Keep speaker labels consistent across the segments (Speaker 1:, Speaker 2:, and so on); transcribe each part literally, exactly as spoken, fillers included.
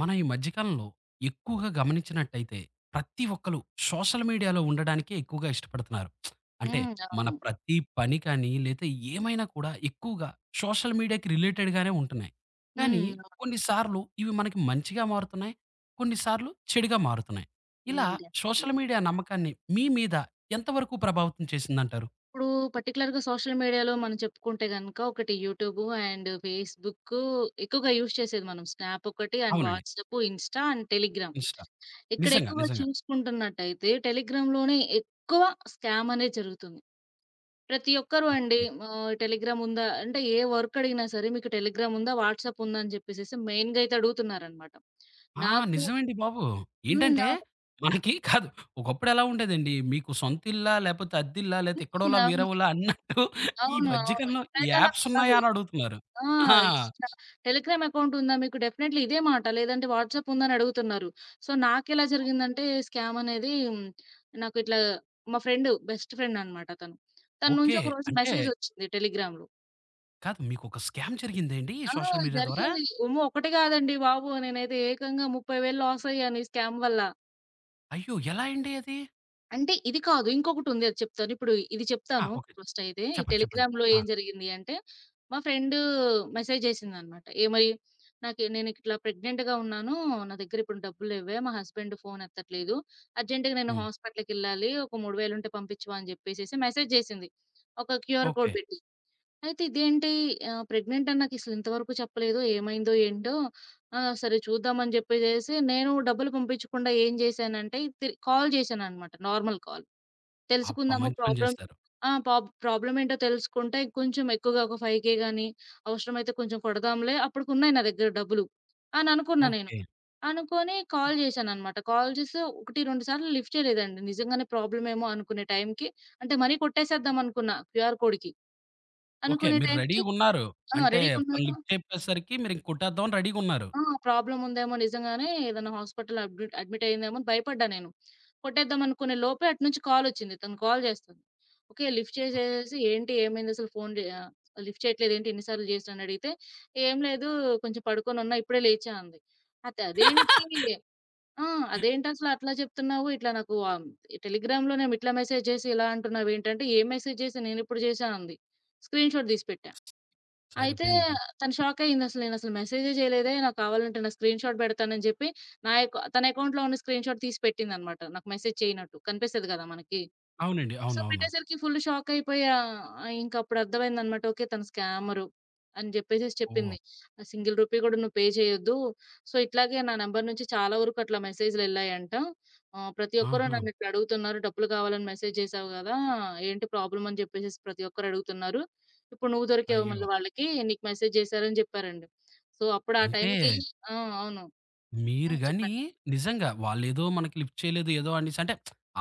Speaker 1: మనం ఈ మధ్య కాలంలో ఎక్కువగా గమనించినట్టయితే ప్రతి ఒక్కళ్ళు సోషల్ మీడియాలో ఉండడానికే ఎక్కువగా ఇష్టపడుతున్నారు. అంటే
Speaker 2: హ్మ్.
Speaker 1: మన
Speaker 2: అవును.
Speaker 1: ప్రతి పని కానీ లేతే ఏమైనా కూడా ఎక్కువగా సోషల్ మీడియాకి రిలేటెడ్‌గానే ఉంటున్నాయి. కానీ
Speaker 2: హ్మ్. అవును.
Speaker 1: కొన్నిసార్లు ఇవి మనకి మంచిగా మారుతున్నాయి. కొన్నిసార్లు చెడుగా మారుతున్నాయి. ఇలా
Speaker 2: హ్మ్. డెఫినైట్‌లీ.
Speaker 1: సోషల్ మీడియా నమ్మకాన్ని మీ మీద ఎంతవరకు ప్రభావితం చేసిందంటారు?
Speaker 2: ఇప్పుడు పర్టిక్యులర్‌గా సోషల్ మీడియాలో మనం చెప్పుకుంటే గనక ఒకటి యూట్యూబ్ అండ్ ఫేస్‌బుక్ ఎక్కువగా యూజ్ చేసేది మనం. స్నాప్ ఒకటి అండ్
Speaker 1: అవునండి.
Speaker 2: WhatsApp, Insta and Telegram.
Speaker 1: Insta.
Speaker 2: ఇక్కడ
Speaker 1: నిజంగా,
Speaker 2: ఎక్కువగా
Speaker 1: నిజంగా.
Speaker 2: చూసుకుంటున్నట్టయితే టెలిగ్రామ్‌లోనే ఎక్కువ స్కామ్ అనేది జరుగుతుంది. ప్రతి ఒక్కరు అండి
Speaker 1: ఓకే.
Speaker 2: ఆహ్, టెలిగ్రామ్ ఉందా అంటే, ఏ వర్క్ అడిగినా సరే మీకు టెలిగ్రామ్ ఉందా? వాట్సాప్ ఉందా? అని చెప్పేసేసి మెయిన్‌గా అయితే అడుగుతున్నారనమాట.
Speaker 1: ఆ!
Speaker 2: నాకు
Speaker 1: నిజమండి బాబు.
Speaker 2: హ్మ్.
Speaker 1: ఏంటంటే
Speaker 2: అవును.
Speaker 1: మనకి కాదు. ఒకప్పుడెలా ఉండేదండి. మీకు సొంత ఇల్లా? లేపోతే అద్దిల్లా? లేతే
Speaker 2: హ్మ్.
Speaker 1: ఎక్కడోలా?
Speaker 2: అవును.
Speaker 1: వేరేవోలా? అన్నట్టు ఈ
Speaker 2: అవును.
Speaker 1: మధ్య
Speaker 2: అవును.
Speaker 1: కాలంలో ఈ
Speaker 2: ఇప్పుడైతే అలా
Speaker 1: యాప్స్
Speaker 2: కాదు.
Speaker 1: ఉన్నాయా అని అడుగుతున్నారు.
Speaker 2: ఆ!
Speaker 1: ఆ!
Speaker 2: ఇట్లా టెలిగ్రామ్ అకౌంట్ ఉందా మీకు? డెఫినైట్‌లీ ఇదే మాట. లేదంటే వాట్సాప్ ఉందా? అని అడుగుతున్నారు. సో, నాకెలా జరిగిందంటే, స్కామ్ అనేది నాకు ఇట్లా మా ఫ్రెండ్ బెస్ట్ ఫ్రెండ్ అనమాట తను. తన
Speaker 1: ఓకే.
Speaker 2: నుంచి ఒకరోజు
Speaker 1: అంటే
Speaker 2: మెసేజ్ వచ్చింది టెలిగ్రామ్‌లో.
Speaker 1: కాదు, మీకొక స్కామ్ జరిగిందా అండి ఈ
Speaker 2: ఆ!
Speaker 1: సోషల్ మీడియా ద్వారా?
Speaker 2: జరిగింది. అమ్మో! ఒకటి కాదండి బాబు. నేనైతే ఏకంగా ముప్పై వేలు లాస్ అయ్యాను ఈ స్కామ్ వల్ల.
Speaker 1: అయ్యో! ఎలా అండి అది?
Speaker 2: అంటే ఇది కాదు. ఇంకొకటుంది, అది చెప్తాను. ఇప్పుడు ఇది
Speaker 1: ఆ!
Speaker 2: చెప్తాను
Speaker 1: ఓకే.
Speaker 2: ఫస్ట్ అయితే. ఈ
Speaker 1: చెప్పండి, చెప్పండి.
Speaker 2: టెలిగ్రామ్‌లో
Speaker 1: ఆ!
Speaker 2: ఏం జరిగింది అంటే, మా ఫ్రెండ్ మెసేజ్ జేసిందనమాట. ఏమని, నాకు నేనిట్లా ప్రెగ్నెంట్‌గా ఉన్నాను. నా దగ్గర ఇప్పుడు డబ్బులు లేవే. మా హస్బెండ్ ఫోన్ ఎత్తట్లేదు. అర్జెంట్‌గా నేను
Speaker 1: హ్మ్.
Speaker 2: హాస్పిటల్‌కెళ్ళాలి. ఒక మూడు వేలు ఉంటే పంపించవా అని జెప్పేసేసి మెసేజ్ జేసింది. ఒక క్యూఆర్ కోడ్
Speaker 1: ఓకే.
Speaker 2: పెట్టి. అయితే ఇదేంటి, ఆహ్, ప్రెగ్నెంట్ అని నాకసలు ఇంతవరకు చెప్పలేదు. ఏమైందో ఏంటో? ఆ! సరే చూద్దాం అని జెప్పేసేసి నేను డబ్బులు పంపించకుండా ఏం జేశానంటే, తి కాల్ జేశాననమాట. Normal call.
Speaker 1: అబ్బా!
Speaker 2: తెలుసుకుందాము
Speaker 1: మంచి పని
Speaker 2: ప్రాబ్లమ్.
Speaker 1: చేశారు.
Speaker 2: ఆ! పాబ్ ప్రాబ్లమ్ ఏంటో తెలుసుకుంటే, కొంచెం ఎక్కువగా ఒక ఐదు వేలు గాని, అవసరమైతే కొంచెం కొడదాంలే. అప్పటికున్నాయి నా దగ్గర డబ్బులు అని అనుకున్నా నేను.
Speaker 1: ఓకే.
Speaker 2: అనుకోని కాల్ చేశాననమాట. కాల్ చేస్తే ఒకటి, రెండు సార్లు లిఫ్ట్ చేయలేదండి. నిజంగానే ప్రాబ్లమ్ ఏమో అనుకునే టైంకి, అంటే మనీ కొట్టేసేద్దాం అనుకున్నా క్యూఆర్ కోడ్‌కి.
Speaker 1: ఓకే.
Speaker 2: అనుకునే
Speaker 1: మీరు
Speaker 2: టైంకి
Speaker 1: రెడీగున్నారు.
Speaker 2: ఆ!
Speaker 1: అంటే తను
Speaker 2: రెడీగున్నారు.
Speaker 1: లిఫ్ట్ చెప్పేసరికి మీరింక కొట్టేద్దామని రెడీగున్నారు.
Speaker 2: ఆ! ప్రాబ్లమ్ ఉందేమో నిజంగానే, ఏదైనా హాస్పిటల్ అడ్మిట్ అడ్మిట్ అయిందేమో అని భయపడ్డా నేను. కొట్టేద్దాం అనుకునే లోపే అటు నుంచి కాలొచ్చింది. తను కాల్ చేస్తుంది. ఓకే. Lift
Speaker 1: okay.
Speaker 2: చేసేసేసి ఏంటి, ఏమైంది అసలు, ఫోన్ జే ఆహ్, లిఫ్ట్ చేయట్లేదు ఏంటి, ఎన్ని సార్లు చేసినా అని అడిగితే, "ఏం లేదు, కొంచెం పడుకొనున్నా, ఇప్పుడే లేచా" అంది. అయితే అదేంటి. ఆ! అదేంటసలు అట్లా చెప్తున్నావు? ఇట్లా నాకు ఆహ్, టెలిగ్రామ్‌లో నేమిట్లా మెసేజ్ చేసి ఇలా అంటున్నావేంటంటే, "ఏం మెసేజ్ చేశా, నేనెప్పుడు చేశా" అంది. స్క్రీన్‌షాట్ తీసి పెట్టా. అయితే
Speaker 1: సరిపోయింది.
Speaker 2: తను షాకయిందసలు. నేనసలు మెసేజే జేయలేదే. నాకు కావాలంటే నా స్క్రీన్ షాట్ బెడతానని జెప్పి, నా ఎకౌ తన అకౌంట్‌లో ఉన్న స్క్రీన్ షాట్ తీసి పెట్టిందనమాట, నాకు మెసేజ్ చేయనట్టు. కనిపిస్తది గదా మనకి.
Speaker 1: అవునండి,
Speaker 2: సో,
Speaker 1: అవునవును.
Speaker 2: పెట్టేసరికి ఫుల్ షాకయిపోయా. ఆహ్, ఇంకప్పుడు అర్థమైందనమాట. ఓకే, తను స్కామరు అని జెప్పేసేసి
Speaker 1: ఓహ్!
Speaker 2: చెప్పింది. ఆ సింగిల్ రూపీ గూడా నువ్వు పే చేయొద్దు. సో, ఇట్లాగే నా నంబర్ నుంచి చాలా వరకు అట్లా మెసేజ్‌లెళ్ళాయంట. ఆహ్, ప్రతి ఒక్కరు
Speaker 1: ఆహా!
Speaker 2: నన్నిట్లా అడుగుతున్నారు. డబ్బులు కావాలని మెసేజ్ జేశావు గదా! ఏంటి ప్రాబ్లమ్ అని జెప్పేసేసి ప్రతి ఒక్కరు అడుగుతున్నారు. ఇప్పుడు నువ్వు దొరికావు
Speaker 1: అయ్యో!
Speaker 2: మళ్ళీ వాళ్ళకి. నీకు మెసేజ్ జేశారని జెప్పారండి. సో, అప్పుడు ఆ
Speaker 1: అంటే
Speaker 2: టైంకి ఆ! అవును.
Speaker 1: మీరు
Speaker 2: హ్మ్.
Speaker 1: గాని
Speaker 2: చెప్పండి.
Speaker 1: నిజంగా వాళ్ళేదో మనకి లిఫ్ట్ చేయలేదు ఏదో అనేసి, అంటే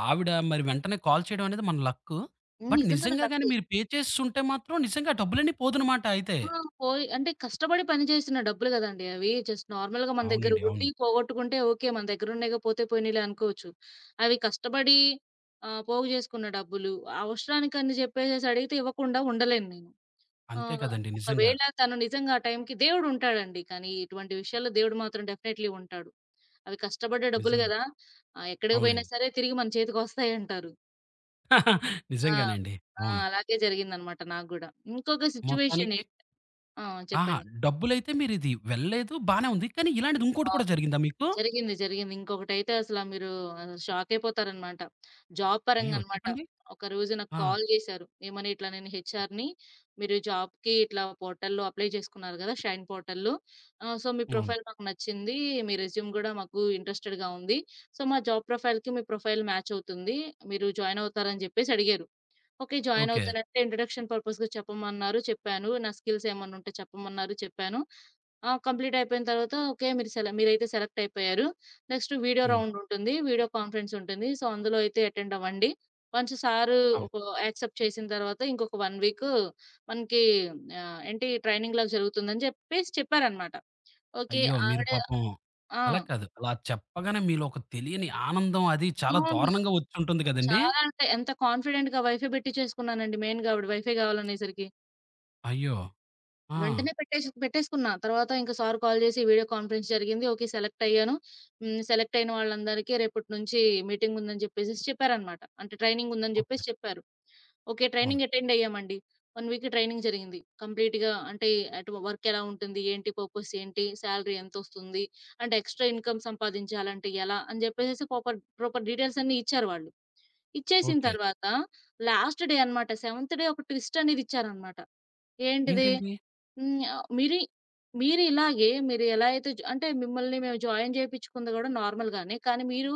Speaker 1: ఆవిడ మరి వెంటనే కాల్ చేయడం అనేది మన లక్కు.
Speaker 2: హ్మ్.
Speaker 1: బట్
Speaker 2: నిజంగానే
Speaker 1: నిజంగా గాని
Speaker 2: లక్కే.
Speaker 1: మీరు పే చేసుంటే మాత్రం నిజంగా ఆ డబ్బులన్నీ పోదున్నమాట అయితే.
Speaker 2: ఆ! పోయి అంటే కష్టపడి పని చేసిన డబ్బులు గదండీ అవి. జస్ట్ నార్మల్‌గా మన దగ్గర
Speaker 1: అవునండి,
Speaker 2: ఉండి
Speaker 1: అవును.
Speaker 2: పోగొట్టుకుంటే ఓకే. మన దగ్గరున్నాయిగా, పోతే పోయినీలే అనుకోవచ్చు. అవి కష్టపడి ఆహ్, పోగు జేసుకున్న డబ్బులు, అవసరానికని జెప్పేసేసి అడిగితే ఇవ్వకుండా ఉండలేను నేను.
Speaker 1: అంతే
Speaker 2: ఆహ్,
Speaker 1: కదండీ. నిజంగా.
Speaker 2: ఒకవేళ తను నిజంగా ఆ టైంకి, దేవుడుంటాడండి. కానీ ఇటువంటి విషయాల్లో దేవుడు మాత్రం డెఫినైట్‌లీ ఉంటాడు. అవి కష్టపడ్డ డబ్బులు
Speaker 1: నిజంగా.
Speaker 2: గదా! ఆహ్, ఎక్కడికి బోయినా
Speaker 1: అవునండి.
Speaker 2: సరే తిరిగి మన చేతికొస్తాయంటారు. ఆ!
Speaker 1: నిజంగానండి.
Speaker 2: ఆ!
Speaker 1: అవును.
Speaker 2: అలాగే జరిగిందనమాట నాకు గూడా. ఇంకొక సిట్యుయేషన్ ఇ
Speaker 1: మొత్తానికి
Speaker 2: ఆ!
Speaker 1: ఆహా!
Speaker 2: చెప్పండి.
Speaker 1: డబ్బులైతే మీరిది వెళ్ళలేదు, బానే ఉంది. కానీ ఇలాంటిది ఇంకోటి కూడా జరిగిందా మీకు?
Speaker 2: జరిగింది. జరిగింది. ఇంకొకటైతే అసలా మీరు ఆహ్, షాకయిపోతారనమాట. జాబ్ పరంగా
Speaker 1: అయ్యో!
Speaker 2: అనమాట.
Speaker 1: చెప్పండి.
Speaker 2: ఒకరోజు నాకు
Speaker 1: ఆ!
Speaker 2: కాల్ జేశారు. ఏమని, ఇట్లా నేను హెచ్ఆర్‌ని. మీరు జాబ్‌కి ఇట్లా పోర్టల్‌లో అప్లై చేసుకున్నారు గదా! షైన్ పోర్టల్‌లో. ఆహ్, సో, మీ
Speaker 1: అవును.
Speaker 2: ప్రొఫైల్ మాకు నచ్చింది. మీ రెజ్యూమ్ గూడా మాకు ఇంట్రెస్టెడ్‌గా ఉంది. సో, మా జాబ్ ప్రొఫైల్‌కి మీ ప్రొఫైల్ మ్యాచ్ అవుతుంది. మీరు జాయిన్ అవుతారని జెప్పేసి అడిగారు. ఓకే. Join
Speaker 1: okay.
Speaker 2: అవుతానంటే ఇంట్రడక్షన్ పర్పస్‌గా చెప్పమన్నారు. చెప్పాను. నా స్కిల్స్ ఏమన్నుంటే చెప్పమన్నారు. చెప్పాను. ఆహ్, కంప్లీట్ అయిపోయిన తర్వాత ఓకే, మీరు సెల మీరైతే సెలెక్ట్ అయిపోయారు. నెక్స్ట్ వీడియో
Speaker 1: హ్మ్.
Speaker 2: రౌండ్ ఉంటుంది. వీడియో కాన్ఫరెన్స్ ఉంటుంది. సో, అందులో అయితే అటెండ్ అవ్వండి. వన్స్ సారు
Speaker 1: అవును.
Speaker 2: ఒక యాక్సెప్ట్ చేసిన తర్వాత ఇంకొక ఒక వీక్ మనకి ఆహ్, ఏంటి ట్రైనింగ్‌లాగా జరుగుతుందని చెప్పేసి చెప్పారనమాట. ఓకే.
Speaker 1: అయ్యో! మీరు
Speaker 2: ఆవిడ
Speaker 1: పాపం
Speaker 2: ఆ!
Speaker 1: అలా కాదు. అలా చెప్పగానే మీలో ఒక తెలియని ఆనందం అది చాలా
Speaker 2: అవును.
Speaker 1: దారుణంగా వచ్చుంటుంది కదండీ!
Speaker 2: చాలా అంటే ఎంత కాన్ఫిడెంట్‌గా వైఫే బెట్టి చేసుకున్నానండి మెయిన్‌గా, ఆవిడ వైఫే గావాలనేసరికి.
Speaker 1: అయ్యో! ఆ!
Speaker 2: వెంటనే పెట్టేసి పెట్టేసుకున్నా. తర్వాత ఇంకా సార్ కాల్ చేసి వీడియో కాన్ఫరెన్స్ జరిగింది. ఓకే. సెలెక్ట్ అయ్యాను. హ్మ్. సెలెక్ట్ అయిన వాళ్ళందరికీ రేపటి నుంచి మీటింగ్ ఉందని చెప్పేసేసి చెప్పారనమాట. అంటే ట్రైనింగ్ ఉందని
Speaker 1: ఓకే.
Speaker 2: చెప్పేసి చెప్పారు. ఓకే.
Speaker 1: అవును.
Speaker 2: ట్రైనింగ్ అటెండ్ అయ్యామండి. ఒక వీక్ ట్రైనింగ్ జరిగింది. కంప్లీట్‌గా అంటే అటు వర్క్ ఎలా ఉంటుంది? ఏంటి పర్పస్ ఏంటి? సాలరీ ఎంతొస్తుంది? అంటే ఎక్స్ట్రా ఇన్‌కమ్ సంపాదించాలంటే ఎలా? అని చెప్పేసేసి ప్రాపర్ ప్రాపర్ డీటెయిల్స్ అన్నీ ఇచ్చారు వాళ్ళు. ఇచ్చేసిన
Speaker 1: ఓకే.
Speaker 2: తర్వాత లాస్ట్ డే అన్నమాట. సెవెంత్ డే ఒక ట్విస్ట్ అనేది ఇచ్చారన్నమాట. ఏంటిది?
Speaker 1: ఏంటండి?
Speaker 2: హ్మ్. ఆహ్, మీరి మీరు ఇలాగే, మీరు ఎలా అయితే జ అంటే మిమ్మల్ని మేము జాయిన్ చేపించుకుంది గూడా నార్మల్‌గానే. కానీ మీరు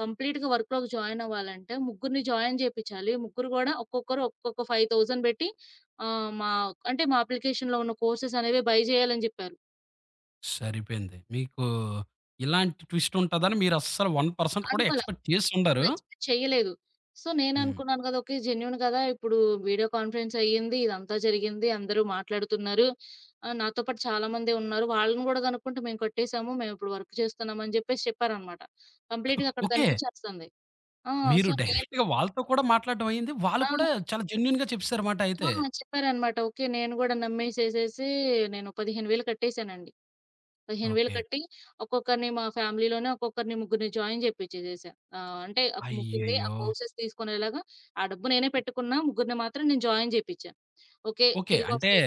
Speaker 2: కంప్లీట్‌గా వర్క్‌లోకి జాయిన్ అవ్వాలంటే ముగ్గురిని జాయిన్ చేపించాలి. ముగ్గురు గూడా ఒక్కొక్కరు ఒక్కొక్క ఐదు వేలు పెట్టి ఆహ్, మా అంటే మా అప్లికేషన్‌లో ఉన్న కోర్సెస్ అనేవి బై చేయాలని జెప్పారు.
Speaker 1: సరిపోయింది. మీకు ఇలాంటి ట్విస్ట్ ఉంటదని మీరస్సలు ఒక్క శాతం కూడా
Speaker 2: అనుకోల.
Speaker 1: ఎక్స్‌పెక్ట్
Speaker 2: అసలు
Speaker 1: చేసుండరు.
Speaker 2: ఎక్స్‌పెక్ట్ చేయలేదు. సో,
Speaker 1: హ్మ్.
Speaker 2: నేననుకున్నాను కదా! ఓకే. జెన్యూన్ కదా! ఇప్పుడు వీడియో కాన్ఫరెన్స్ అయ్యింది. ఇదంతా జరిగింది. అందరూ మాట్లాడుతున్నారు. ఆహ్, నాతో పాటు చాలామందే ఉన్నారు. వాళ్ళని గూడా కనుక్కుంటే మేము కట్టేసాము. మేమిప్పుడు వర్క్ చేస్తున్నాం అని జెప్పేసి చెప్పారనమాట. కంప్లీట్‌గా అక్కడ
Speaker 1: ఓకే.
Speaker 2: కనిపిచ్చేస్తుంది. ఆ!
Speaker 1: మీరు
Speaker 2: సో, నేను
Speaker 1: డైరెక్ట్‌గా వాళ్ళతో కూడా మాట్లాడడం అయింది. వాళ్ళు
Speaker 2: ఆ!
Speaker 1: కూడా చాలా జెన్యూన్‌గా చెప్పేసారమాట
Speaker 2: ఆ!
Speaker 1: అయితే.
Speaker 2: చెప్పారనమాట. ఓకే, నేను గూడా నమ్మేసేసేసి నేను పదిహేను వేలు కట్టేసానండి. పదిహేను వేలు
Speaker 1: ఓకే.
Speaker 2: కట్టి ఒక్కొక్కరిని మా ఫ్యామిలీలోనే ఒక్కొక్కరిని ముగ్గురిని జాయిన్ జేపిచ్చేసేశా. ఆహ్, అంటే ఒక ముగ్గురిని ఆ
Speaker 1: అయ్యయ్యో!
Speaker 2: కోర్సెస్ తీసుకునేలాగా, ఆ డబ్బు నేనే పెట్టుకున్నా. ముగ్గురిని మాత్రం నేను జాయిన్ జేపిచ్చా. ఓకే.
Speaker 1: ఓకే. అంటే
Speaker 2: తిరిగొస్తే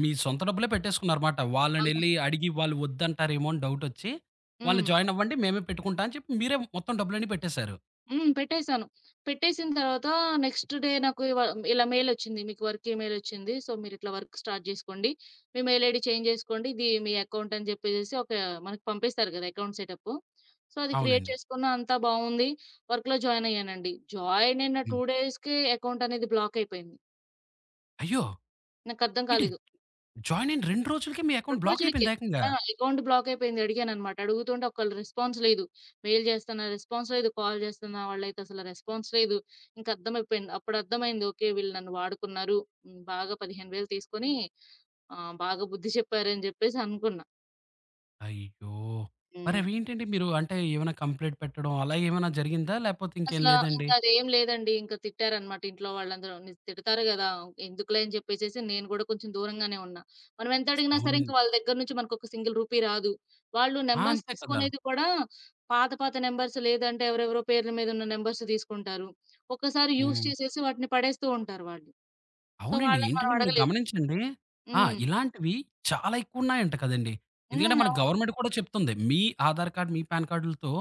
Speaker 1: మీ సొంత డబ్బులే పెట్టేసుకున్నారన్నమాట.
Speaker 2: అవును.
Speaker 1: వాళ్ళనెళ్లి అడిగి వాళ్ళు వద్దంటారేమో అని డౌటొచ్చి, "వాళ్ళు
Speaker 2: హ్మ్.
Speaker 1: జాయిన్ అవ్వండి. మేమే పెట్టుకుంటా" అని చెప్పి మీరే మొత్తం డబ్బులన్నీ పెట్టేసారు.
Speaker 2: హ్మ్. పెట్టేసాను. పెట్టేసిన తర్వాత నెక్స్ట్ డే నాకు ఇవ ఇలా మెయిలొచ్చింది. మీకు వర్క్ ఈమెయిలొచ్చింది. సో, మీరిట్లా వర్క్ స్టార్ట్ జేసుకోండి. మీ మెయిల్ ఐడీ చేంజ్ జేసుకోండి. ఇది మీ అకౌంట్ అని జెప్పేసేసి ఒక, మనకు పంపిస్తారు గదా! Account setup. సో, అది క్రియేట్
Speaker 1: అవునండి.
Speaker 2: చేసుకున్నా, అంతా బావుంది. వర్క్‌లో జాయిన్ అయ్యానండి. జాయిన్ అయిన
Speaker 1: హ్మ్.
Speaker 2: రెండు డేస్‌కే అకౌంట్ అనేది బ్లాక్ అయిపోయింది.
Speaker 1: అయ్యో!
Speaker 2: నాకర్థం
Speaker 1: ఏంటి
Speaker 2: కాలేదు.
Speaker 1: జాయిన్ అయిన రెండు రోజులకే మీ అకౌంట్
Speaker 2: రెండు
Speaker 1: బ్లాక్
Speaker 2: రోజులకే.
Speaker 1: అయిపోయిందా ఏకంగా?
Speaker 2: ఆ! అకౌంట్ బ్లాక్ అయిపోయింది. అడిగాననమాట. అడుగుతుంటే ఒకళ్ళు రెస్పాన్స్ లేదు. మెయిల్ చేస్తున్నా రెస్పాన్స్ లేదు. కాల్ చేస్తున్నా వాళ్ళైతే అసలు రెస్పాన్స్ లేదు. ఇంక అర్థమైపోయింది. అప్పుడు అర్థమైంది. ఓకే, వీళ్ళు నన్ను వాడుకున్నారు. హ్మ్. బాగా పదిహేను వేలు తీసుకొని ఆహ్, బాగా బుద్ధి చెప్పారని జెప్పేసి అనుకున్నా.
Speaker 1: అయ్యో! మరి
Speaker 2: హ్మ్.
Speaker 1: అవేంటండి మీరు, అంటే ఏమైనా కంప్లెయింట్ పెట్టడం అలా ఏమైనా జరిగిందా? లేపోతే ఇంకేం
Speaker 2: అసలా
Speaker 1: లేదండి?
Speaker 2: ఇంకా అదేం లేదండి. ఇంక తిట్టారనమాట ఇంట్లో వాళ్ళందరూ. ని తిడతారు గదా! ఎందుకులే అని చెప్పేసేసి నేను గూడా కొంచెం దూరంగానే ఉన్నా. మనం ఎంత అడిగినా సరే ఇంక
Speaker 1: అవునండి.
Speaker 2: వాళ్ళ దగ్గర నుంచి మనకొక సింగిల్ రూపీ రాదు. వాళ్ళు
Speaker 1: ఆ!
Speaker 2: నంబర్స్
Speaker 1: అంతే కదా!
Speaker 2: తీసుకునేది కూడా పాత పాత నంబర్స్, లేదంటే ఎవరెవరో పేర్ల మీద ఉన్న నంబర్స్ తీసుకుంటారు. ఒక్కసారి యూజ్
Speaker 1: హ్మ్.
Speaker 2: చేసేసి వాటిని పడేస్తూ ఉంటారు వాళ్ళు. సో,
Speaker 1: అవునండి.
Speaker 2: వాళ్ళని మనం
Speaker 1: ఏంటంటే మీరు
Speaker 2: అడగలేం.
Speaker 1: గమనించండి ఆ!
Speaker 2: హ్మ్.
Speaker 1: ఇలాంటివి చాలా ఎక్కువున్నాయంట కదండీ! ఎందుకంటే మన
Speaker 2: హ్మ్.
Speaker 1: గవర్నమెంట్ కూడా చెప్తుంది. మీ ఆధార్ కార్డ్, మీ పాన్ కార్డులతో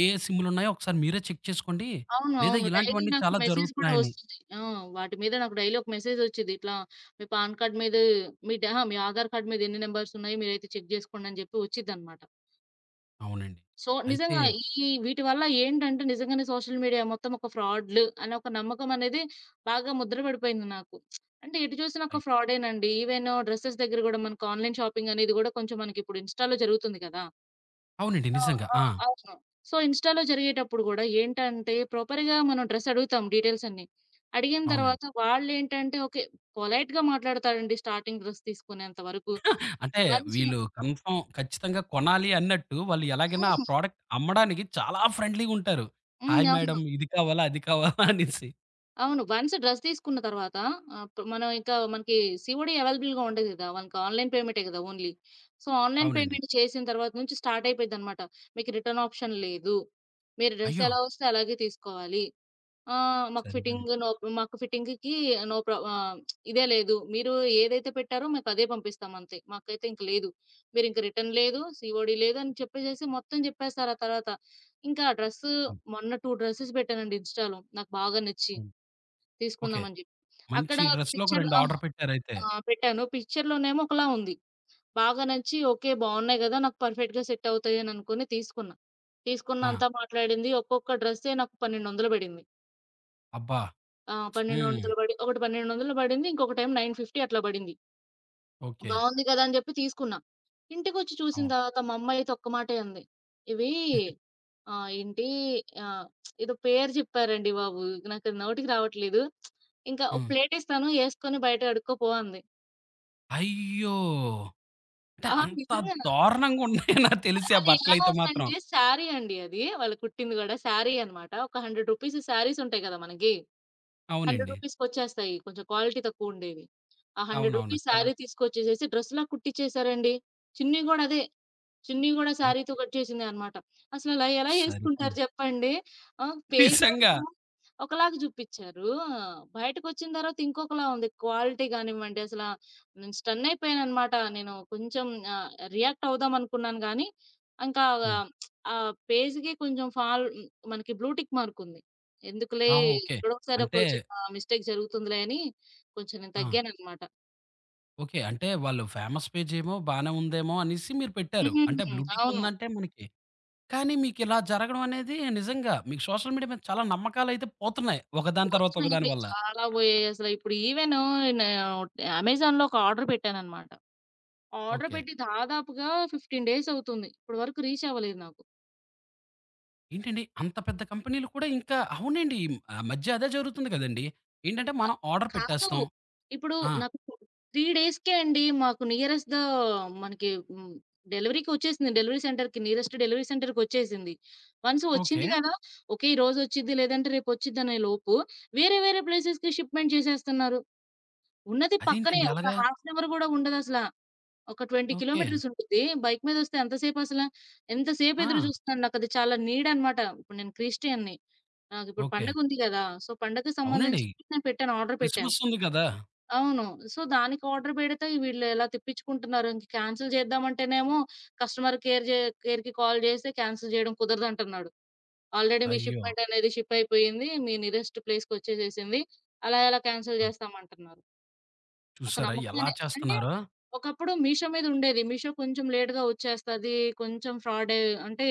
Speaker 1: ఏ, ఏ సిమ్‌లున్నాయో ఒకసారి మీరే చెక్ చేసుకోండి.
Speaker 2: అవును.
Speaker 1: లేదా
Speaker 2: అవును. డైలీ
Speaker 1: ఇలాంటివన్నీ
Speaker 2: నాకు
Speaker 1: చాలా
Speaker 2: మెసేజ్ కూడా
Speaker 1: జరుగుతున్నాయని.
Speaker 2: వస్తుంది. ఆ! వాటి మీద నాకు డైలీ ఒక మెసేజ్ వచ్చిద్ది. ఇట్లా మీ పాన్ కార్డ్ మీద, మీ డ అహా! మీ ఆధార్ కార్డ్ మీద ఎన్ని నంబర్స్ ఉన్నాయి మీరైతే చెక్ జేసుకోండి అని జెప్పి వచ్చిద్దనమాట.
Speaker 1: అవునండి.
Speaker 2: సో,
Speaker 1: అయితే
Speaker 2: నిజంగా ఈ వీటి వల్ల ఏంటంటే, నిజంగానే సోషల్ మీడియా మొత్తం ఒక ఫ్రాడ్‌లు అనే ఒక నమ్మకం అనేది బాగా ముద్ర పడిపోయింది నాకు. అంటే ఎటు చూసినా ఒక
Speaker 1: అయ్యో!
Speaker 2: ఫ్రాడేనండి. ఈవెన్ డ్రెసెస్ దగ్గర గూడా మనకు, ఆన్‌లైన్ షాపింగ్ అనేది గూడా కొంచెం మనకిప్పుడు ఇన్‌స్టా‌లో జరుగుతుంది కదా!
Speaker 1: అవునండి.
Speaker 2: ఆ!
Speaker 1: నిజంగా.
Speaker 2: ఆ!
Speaker 1: ఆ!
Speaker 2: అవును. సో, ఇన్‌స్టా‌లో జరిగేటప్పుడు గూడా ఏంటంటే, ప్రాపర్‌గా మనం డ్రెస్ అడుగుతాం డీటెయిల్స్ అన్నీ. అడిగిన తర్వాత
Speaker 1: అవునండి.
Speaker 2: వాళ్ళేంటంటే, ఓకే. పొలైట్‌గా మాట్లాడతారండి స్టార్టింగ్ డ్రెస్ తీసుకునేంత వరకు.
Speaker 1: అంటే
Speaker 2: వన్స్ హ్మ్.
Speaker 1: వీళ్ళు కన్ఫర్మ్ ఖచ్చితంగా కొనాలి అన్నట్టు వాళ్ళు ఎలాగైనా ఆ ప్రొడక్ట్ అమ్మడానికి చాలా ఫ్రెండ్లీగుంటారు.
Speaker 2: హ్మ్.
Speaker 1: హాయ్
Speaker 2: అవును.
Speaker 1: మేడమ్, ఇది కావాలా? అది కావాలా? అనేసి.
Speaker 2: అవును. వన్స్ డ్రెస్ తీసుకున్న తర్వాత ఆహ్, ప్ మనం ఇంకా మనకి సీఓడీ అవైలబుల్‌గా ఉండదు గదా! మనకి ఆన్‌లైన్ పేమెంటే గదా ఓన్లీ. సో, ఆన్‌లైన్
Speaker 1: అవునండి.
Speaker 2: పేమెంట్ చేసిన తర్వాత నుంచి స్టార్ట్ అయిపోయిద్దనమాట. మీకు రిటర్న్ ఆప్షన్ లేదు. మీరు డ్రెస్
Speaker 1: అయ్యో!
Speaker 2: ఎలా వస్తే అలాగే తీసుకోవాలి. ఆ! మాకు
Speaker 1: సరిపోయింది.
Speaker 2: ఫిట్టింగ్ నో మాకు ఫిట్టింగ్‌కి నో ప్రా ఆహ్, ఇదే లేదు. మీరు ఏదైతే పెట్టారో మాకదే పంపిస్తాం అంతే. మాకైతే ఇంక లేదు. మీరింక రిటర్న్ లేదు, సీఓడీ లేదు అని చెప్పేసేసి మొత్తం చెప్పేసారు ఆ తర్వాత. ఇంకా ఆ డ్రెస్సు,
Speaker 1: హ్మ్.
Speaker 2: మొన్న రెండు డ్రెసెస్ పెట్టానండి ఇన్‌స్టాలో. నాకు బాగా నచ్చి
Speaker 1: అవును. ఓకే.
Speaker 2: తీసుకుందామని జెప్పి. అక్కడ
Speaker 1: మంచి డ్రెస్‌లో ఒక
Speaker 2: పిక్చర్
Speaker 1: రెండు
Speaker 2: అవును.
Speaker 1: ఆర్డర్ పెట్టారైతే.
Speaker 2: ఆ! పెట్టాను. పిక్చర్‌లోనేమో ఒకలా ఉంది. బాగా నచ్చి ఓకే, బావున్నాయి గదా! నాకు పర్ఫెక్ట్‌గా సెట్ అవుతాయి అని అనుకుని తీసుకున్నా.
Speaker 1: ఆ!
Speaker 2: తీసుకున్న అంతా మాట్లాడింది. ఒక్కొక్క డ్రెస్సే నాకు పన్నెండు వందలు పడింది.
Speaker 1: అబ్బా!
Speaker 2: ఆ!
Speaker 1: హ్మ్.
Speaker 2: పన్నెండు వందలు పడి ఒకటి పన్నెండు వందలు పడింది. ఇంకొకటేమో తొమ్మిది వందల యాభై అట్లా పడింది.
Speaker 1: ఓకే.
Speaker 2: బావుంది కదా! అని చెప్పి తీసుకున్నా. ఇంటికొచ్చి చూసిన
Speaker 1: అవును.
Speaker 2: తర్వాత మా అమ్మ అయితే ఒక్క మాటే అంది. ఇవి ఆహ్, ఏంటి ఆహ్, ఏదో పేరు చెప్పారండి బాబు. నాకది నోటికి రావట్లేదు. ఇంకా ఒక
Speaker 1: హ్మ్.
Speaker 2: ప్లేటిస్తాను ఏసుకొని బయట కడుక్కోపో అంది.
Speaker 1: అయ్యో! అంటే
Speaker 2: ఆహా!
Speaker 1: అంత
Speaker 2: నిజంగా
Speaker 1: దారుణంగా ఉన్నాయా, నాకు
Speaker 2: అది
Speaker 1: తెలిసి ఆ
Speaker 2: అది ఎలా
Speaker 1: బట్టలైతే మాత్రం.
Speaker 2: వస్తుందంటే, శారీ అండి అది. వాళ్ళు కుట్టింది కూడా శారీ అన్నమాట. ఒక వంద రూపీస్ శారీస్ ఉంటాయి కదా మనకి. రూ.
Speaker 1: అవునండి,
Speaker 2: వంద కొచ్చేస్తాయి. కొంచెం క్వాలిటీ తక్కువుండేవి. ఆ రూ. వంద
Speaker 1: అవునవును. చాలా
Speaker 2: శారీ తీసుకొచ్చేసేసి డ్రెస్‌లా కుట్టిచ్చేసారండి. చున్నీ గూడా అదే. చున్నీ గూడా శారీతో
Speaker 1: ఓకే.
Speaker 2: కట్ చేసిందే అనమాట. అసలలా ఎలా యేసుకుంటారు
Speaker 1: సరిపోయింది.
Speaker 2: జెప్పండి. ఆ!
Speaker 1: నిజంగా.
Speaker 2: పేజ్‌లోనేమో ఒకలాగా జూపిచ్చారు. బయటకొచ్చిన తర్వాత ఇంకొకలా ఉంది. క్వాలిటీ గానివ్వండి అసల, నేను స్టన్నయిపోయాననమాట. నేను కొంచెం ఆహ్, రియాక్ట్ అవుదాం అనుకున్నాను గానీ, ఇంకా
Speaker 1: హ్మ్.
Speaker 2: ఆ పేజ్‌కి కొంచెం ఫాల్ హ్మ్. మనకి బ్లూ టిక్ మార్కుంది. ఎందుకులే,
Speaker 1: ఆ! ఓకే.
Speaker 2: ఎప్పుడో ఒకసారి ఒక
Speaker 1: అంటే
Speaker 2: చిన్న మిస్టేక్ జరుగుతుందిలే అని కొంచెం నేను
Speaker 1: ఆ!
Speaker 2: తగ్గాననమాట.
Speaker 1: ఓకే. అంటే వాళ్ళు ఫేమస్ పేజ్ ఏమో బానే ఉందేమో అనేసి మీరు పెట్టారు. అంటే
Speaker 2: హ్మ్.
Speaker 1: బ్లూ టిక్
Speaker 2: అవును.
Speaker 1: ఉందంటే మనకి. కానీ మీకిలా జరగడం అనేది నిజంగా, మీకు సోషల్ మీడియా మీద చాలా నమ్మకాలైతే పోతున్నాయి ఒకదాని తర్వాత ఒకదాని
Speaker 2: వచ్చినాయండి.
Speaker 1: వల్ల.
Speaker 2: చాలా పోయాయి అసల. ఇప్పుడు ఈవెను నే అమెజాన్‌లో ఒక ఆర్డర్ పెట్టాననమాట. Order
Speaker 1: okay.
Speaker 2: పెట్టి దాదాపుగా పదిహేను డేస్ అవుతుంది. ఇప్పటి వరకు రీచ్ అవ్వలేదు నాకు.
Speaker 1: ఏంటండి? అంత పెద్ద కంపెనీలు కూడా ఇంకా అవునండి. ఆ మధ్య అదే జరుగుతుంది కదండీ! ఏంటంటే మనం ఆర్డర్
Speaker 2: కాదు.
Speaker 1: పెట్టేస్తాం.
Speaker 2: ఇప్పుడు
Speaker 1: ఆ!
Speaker 2: నాకు మూడు డేస్‌కే అండి, మాకు నియరెస్ట్ ద మనకి హ్మ్. డెలివరీకి వచ్చేసింది. డెలివరీ సెంటర్‌కి నియరెస్ట్ డెలివరీ సెంటర్‌కొచ్చేసింది. Once
Speaker 1: okay.
Speaker 2: వచ్చింది కదా! ఓకే, ఈ రోజు వచ్చిద్ది లేదంటే రేపు వచ్చిద్దనే లోపు వేరే వేరే ప్లేసెస్‌కి షిప్‌మెంట్ చేసేస్తున్నారు. ఉన్నది పక్కనే,
Speaker 1: అదేంటండి
Speaker 2: ఒక
Speaker 1: అలాగా?
Speaker 2: హాఫ్ అన్ అవర్ కూడా ఉండదసల. ఒక ఇరవై
Speaker 1: ఓకే.
Speaker 2: కిలోమీటర్స్ ఉంటుంది. బైక్ మీదొస్తే ఎంతసేపసల? ఎంతసేపు అసలా, ఎంతసేపు
Speaker 1: ఆ!
Speaker 2: ఎదురు చూస్తున్నాను. నాకది చాలా నీడనమాట. ఇప్పుడు నేను క్రిస్టియన్‌ని. నాకిప్పుడు
Speaker 1: ఓకే.
Speaker 2: పండగుంది గదా! సో, పండగకి
Speaker 1: అవునండి.
Speaker 2: సంబంధించినవి నేను పెట్టాను. ఆర్డర్ పెట్టాను.
Speaker 1: క్రిస్మస్ ఉంది కదా!
Speaker 2: అవును. సో, దానికి ఆర్డర్ పెడితే వీళ్ళు ఎలా తిప్పించుకుంటున్నారు. ఇంక క్యాన్సిల్ జేద్దామంటేనేమో, కస్టమర్ కేర్ జే కేర్‌కి కాల్ జేస్తే క్యాన్సిల్ జేయడం కుదరదంటున్నాడు. ఆల్రెడీ మీ
Speaker 1: అయ్యో!
Speaker 2: షిప్‌మెంట్ అనేది షిప్ అయిపోయింది. మీ నియరెస్ట్ ప్లేస్‌కొచ్చేసేసింది. అలా ఎలా క్యాన్సిల్
Speaker 1: హ్మ్.
Speaker 2: జేస్తామంటున్నారు. ఒక
Speaker 1: చూసారా
Speaker 2: నమ్మకం
Speaker 1: ఎలా
Speaker 2: అనే, అంటే
Speaker 1: చేస్తున్నారో?
Speaker 2: ఒకప్పుడు మీషో మీద ఉండేది. మీషో కొంచెం లేట్‌గా వచ్చేస్తది. కొంచెం ఫ్రాడే, అంటే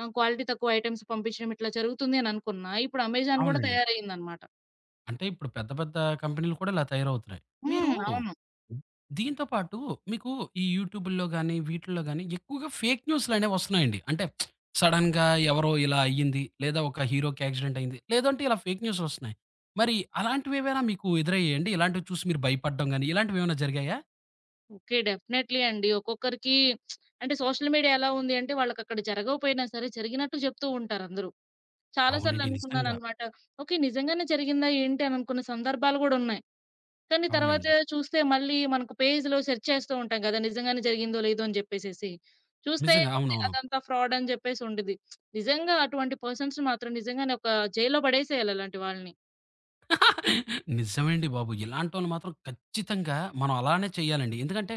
Speaker 2: ఆహ్, క్వాలిటీ తక్కువ ఐటెమ్స్ పంపించడం ఇట్లా జరుగుతుంది అని అనుకున్నా. ఇప్పుడు అమెజాన్ కూడా
Speaker 1: అవునండి.
Speaker 2: తయారయిందనమాట.
Speaker 1: అంటే ఇప్పుడు పెద్ద పెద్ద కంపెనీలు కూడా ఇలా తయారవుతున్నాయి. మీరు
Speaker 2: హ్మ్. అవును.
Speaker 1: దీంతో పాటు మీకు ఈ యూట్యూబుల్లో గాని, వీటిల్లో గాని ఎక్కువగా ఫేక్ న్యూస్‌లనేవి వస్తున్నాయండి. అంటే సడెన్‌గా ఎవరో ఇలా అయ్యింది. లేదా ఒక హీరోకి యాక్సిడెంట్ అయింది. లేదంటే ఇలా ఫేక్ న్యూస్‌లు వస్తున్నాయి. మరి అలాంటివేవైనా మీకు ఎదురయ్యాయండి? ఇలాంటివి చూసి మీరు భయపడడం గాని, ఇలాంటివేమైనా జరిగాయా?
Speaker 2: ఓకే. డెఫినైట్‌లీ అండి. ఒక్కొక్కరికి, అంటే సోషల్ మీడియా ఎలా ఉంది అంటే, వాళ్ళకక్కడ జరగకపోయినా సరే జరిగినట్టు చెప్తూ ఉంటారందరూ. చాలా సార్లు
Speaker 1: అవునండి. నిజంగా.
Speaker 2: అనుకున్నాననమాట. ఓకే, నిజంగానే జరిగిందా ఏంటి అని అనుకున్న సందర్భాలు గూడా ఉన్నాయి. కానీ తర్వాత
Speaker 1: అవునండి.
Speaker 2: చూస్తే, మళ్ళీ మనకు పేజ్‌లో సెర్చ్ చేస్తూ ఉంటాం కదా! నిజంగానే జరిగిందో లేదో అని జెప్పేసేసి. చూస్తే
Speaker 1: నిజంగా,
Speaker 2: ఏముంది,
Speaker 1: అవునవును.
Speaker 2: అదంతా ఫ్రాడ్ అని జెప్పేసి ఉండిద్ది. నిజంగా అటువంటి పర్సన్స్‌ని మాత్రం నిజంగానే ఒక జైల్‌లో పడేసేయాలి అలాంటి వాళ్ళని.
Speaker 1: నిజమండి బాబు. ఇలాంటోళ్ళు మాత్రం ఖచ్చితంగా మనం అలానే చేయాలండి. ఎందుకంటే,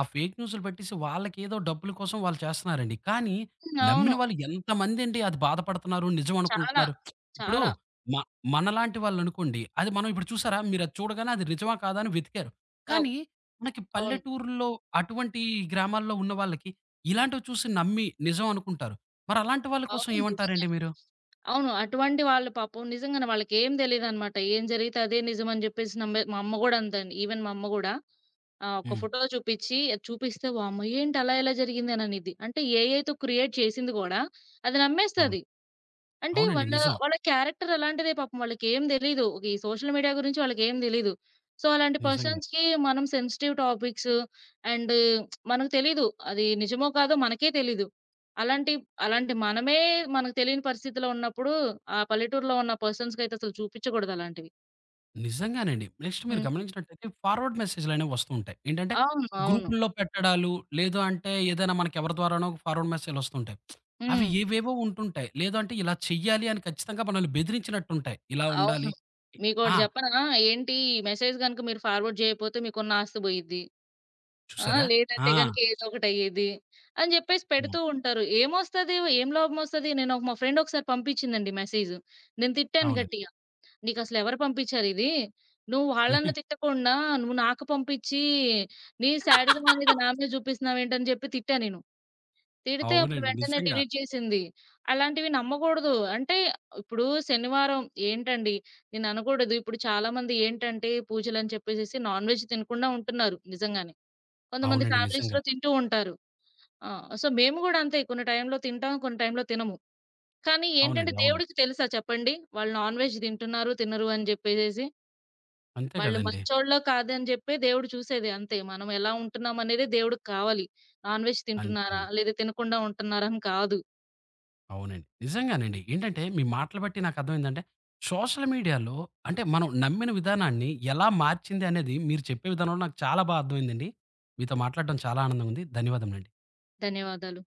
Speaker 1: ఆ ఫేక్ న్యూస్‌లు పెట్టేసి వాళ్ళకేదో డబ్బుల కోసం వాళ్ళు చేస్తున్నారండి. కానీ
Speaker 2: హ్మ్.
Speaker 1: నమ్మిన
Speaker 2: అవును.
Speaker 1: వాళ్ళు ఎంతమందండి అది బాధపడుతున్నారు, నిజం
Speaker 2: చాలా.
Speaker 1: అనుకుంటున్నారు. ఇప్పుడు
Speaker 2: చాలా.
Speaker 1: మ మనలాంటి వాళ్ళనుకోండి, అది మనం ఇప్పుడు చూసారా, మీరది చూడగానే అది నిజమా కాదా అని వెతికారు.
Speaker 2: అవ్
Speaker 1: కానీ మనకి
Speaker 2: అవును.
Speaker 1: పల్లెటూరుల్లో అటువంటి గ్రామాల్లో ఉన్న వాళ్ళకి ఇలాంటివి చూసి నమ్మి నిజం అనుకుంటారు. మరలాంటి వాళ్ళ కోసం
Speaker 2: అవును.
Speaker 1: ఏమంటారండి
Speaker 2: నిజంగానే.
Speaker 1: మీరు?
Speaker 2: అవును. అటువంటి వాళ్ళు పాపం నిజంగానే వాళ్ళకేం తెలీదనమాట. ఏం జరిగితే అదే నిజమని జెప్పేసి నమ్మే, మా అమ్మ గూడా అంతే అండి. ఈవెన్ మా అమ్మ గూడా ఆహ్, ఒక
Speaker 1: హ్మ్.
Speaker 2: ఫోటో చూపిచ్చి అది చూపిస్తే వామ్మో! ఏంటి అలా ఎలా జరిగింది అని అనిద్ది. అంటే ఏఐతో క్రియేట్ చేసింది గూడా అది
Speaker 1: అవును.
Speaker 2: నమ్మేస్తది. అంటే
Speaker 1: అవునండి.
Speaker 2: వాళ్ళ,
Speaker 1: నిజం.
Speaker 2: వాళ్ళ క్యారెక్టర్ అలాంటిదే, పాపం వాళ్ళకేం తెలీదు. ఈ సోషల్ మీడియా గురించి వాళ్ళకేం తెలీదు. సో, అలాంటి
Speaker 1: నిజంగా.
Speaker 2: పర్సన్స్‌కి మనం సెన్సిటివ్ టాపిక్స్ అండ్ మనకు తెలీదు. అది నిజమో కాదో మనకే తెలీదు. అలాంటి, అలాంటి మనమే మనకు తెలియని పరిస్థితిలో ఉన్నప్పుడు, ఆ పల్లెటూరులో ఉన్న పర్సన్స్‌కైతే అసలు చూపించకూడదు అలాంటివి.
Speaker 1: నిజంగానండి. నెక్స్ట్ మీరు
Speaker 2: హ్మ్.
Speaker 1: గమనించినట్టయితే ఫార్వర్డ్ మెసేజ్‌లనేవి వస్తూ ఉంటాయి. ఏంటంటే
Speaker 2: అవును. అవును.
Speaker 1: గ్రూపుల్లో పెట్టడాలు, లేదు అంటే ఏదైనా మనకి ఎవరి ద్వారానో ఫార్వర్డ్ మెసేజ్‌లు వస్తుంటాయి. అవి
Speaker 2: హ్మ్.
Speaker 1: ఏవేవో ఉంటుంటాయి. లేదు అంటే ఇలా చెయ్యాలి అని ఖచ్చితంగా మనల్ని బెదిరించినట్టుంటాయి. ఇలా
Speaker 2: అవును.
Speaker 1: ఉండాలి.
Speaker 2: మీకోటి
Speaker 1: ఆ!
Speaker 2: చెప్పనా? ఏంటి, ఈ మెసేజ్ గనుక మీరు ఫార్వర్డ్ చేయకపోతే మీకున్న ఆస్తి పోయిద్ది. ఆ!
Speaker 1: చూసారా?
Speaker 2: లేదంటే
Speaker 1: ఆ!
Speaker 2: గనుక ఏదో ఒకటయ్యేది, అని జెప్పేసి
Speaker 1: హ్మ్.
Speaker 2: పెడుతూ ఉంటారు. ఏమొస్తది? ఏం లాభమొస్తది? నేను, మా ఫ్రెండ్ ఒకసారి పంపించిందండి మెసేజ్. నేను తిట్టాను
Speaker 1: అవునండి.
Speaker 2: గట్టిగా. "నీకసలెవరు పంపించారిది? నువ్వు వాళ్ళని తిట్టకుండా నువ్వు నాకు పంపించి, నీ శాడిజం అనేది నా మీద జూపిస్తున్నావేంటని" జెప్పి తిట్టా నేను. తిడితే అప్పుడు
Speaker 1: అవునండి.
Speaker 2: వెంటనే
Speaker 1: నిజంగా.
Speaker 2: డిలీట్ చేసింది. అలాంటివి నమ్మగూడదు. అంటే ఇప్పుడు శనివారం, ఏంటండి, నేననకూడదు. ఇప్పుడు చాలామంది ఏంటంటే, పూజలని చెప్పేసేసి నాన్ వెజ్ తినకుండా ఉంటున్నారు నిజంగానే. కొంతమంది
Speaker 1: అవునండి. నిజంగా.
Speaker 2: ఫ్యామిలీస్‌లో తింటూ ఉంటారు. ఆ! సో, మేము గూడా అంతే, కొన్ని టైంలో తింటాం, కొన్ని టైంలో తినము. కానీ ఏంటంటే,
Speaker 1: అవునండి. అవును.
Speaker 2: దేవుడికి తెలుసా చెప్పండి, వాళ్ళు నాన్ వెజ్ తింటున్నారు, తినరు అని జెప్పేసేసి.
Speaker 1: అంతే
Speaker 2: వాళ్ళు
Speaker 1: కదండీ!
Speaker 2: మంచోళ్ళో కాదని జెప్పి దేవుడు చూసేది అంతే. మనం ఎలా ఉంటున్నామనేదే దేవుడికి కావాలి. నాన్ వెజ్
Speaker 1: అంతే.
Speaker 2: తింటున్నారా? లేదా తినకుండా ఉంటున్నారా అని కాదు.
Speaker 1: అవునండి. నిజంగానండి. ఏంటంటే మీ మాటలు బట్టి నాకర్థమైందంటే, సోషల్ మీడియాలో అంటే మనం నమ్మిన విధానాన్ని ఎలా మార్చింది అనేది మీరు చెప్పే విధానంలో నాకు చాలా బా అర్థమైందండి. మీతో మాట్లాడడం చాలా ఆనందంగా ఉంది. ధన్యవాదములండి.
Speaker 2: ధన్యవాదాలు.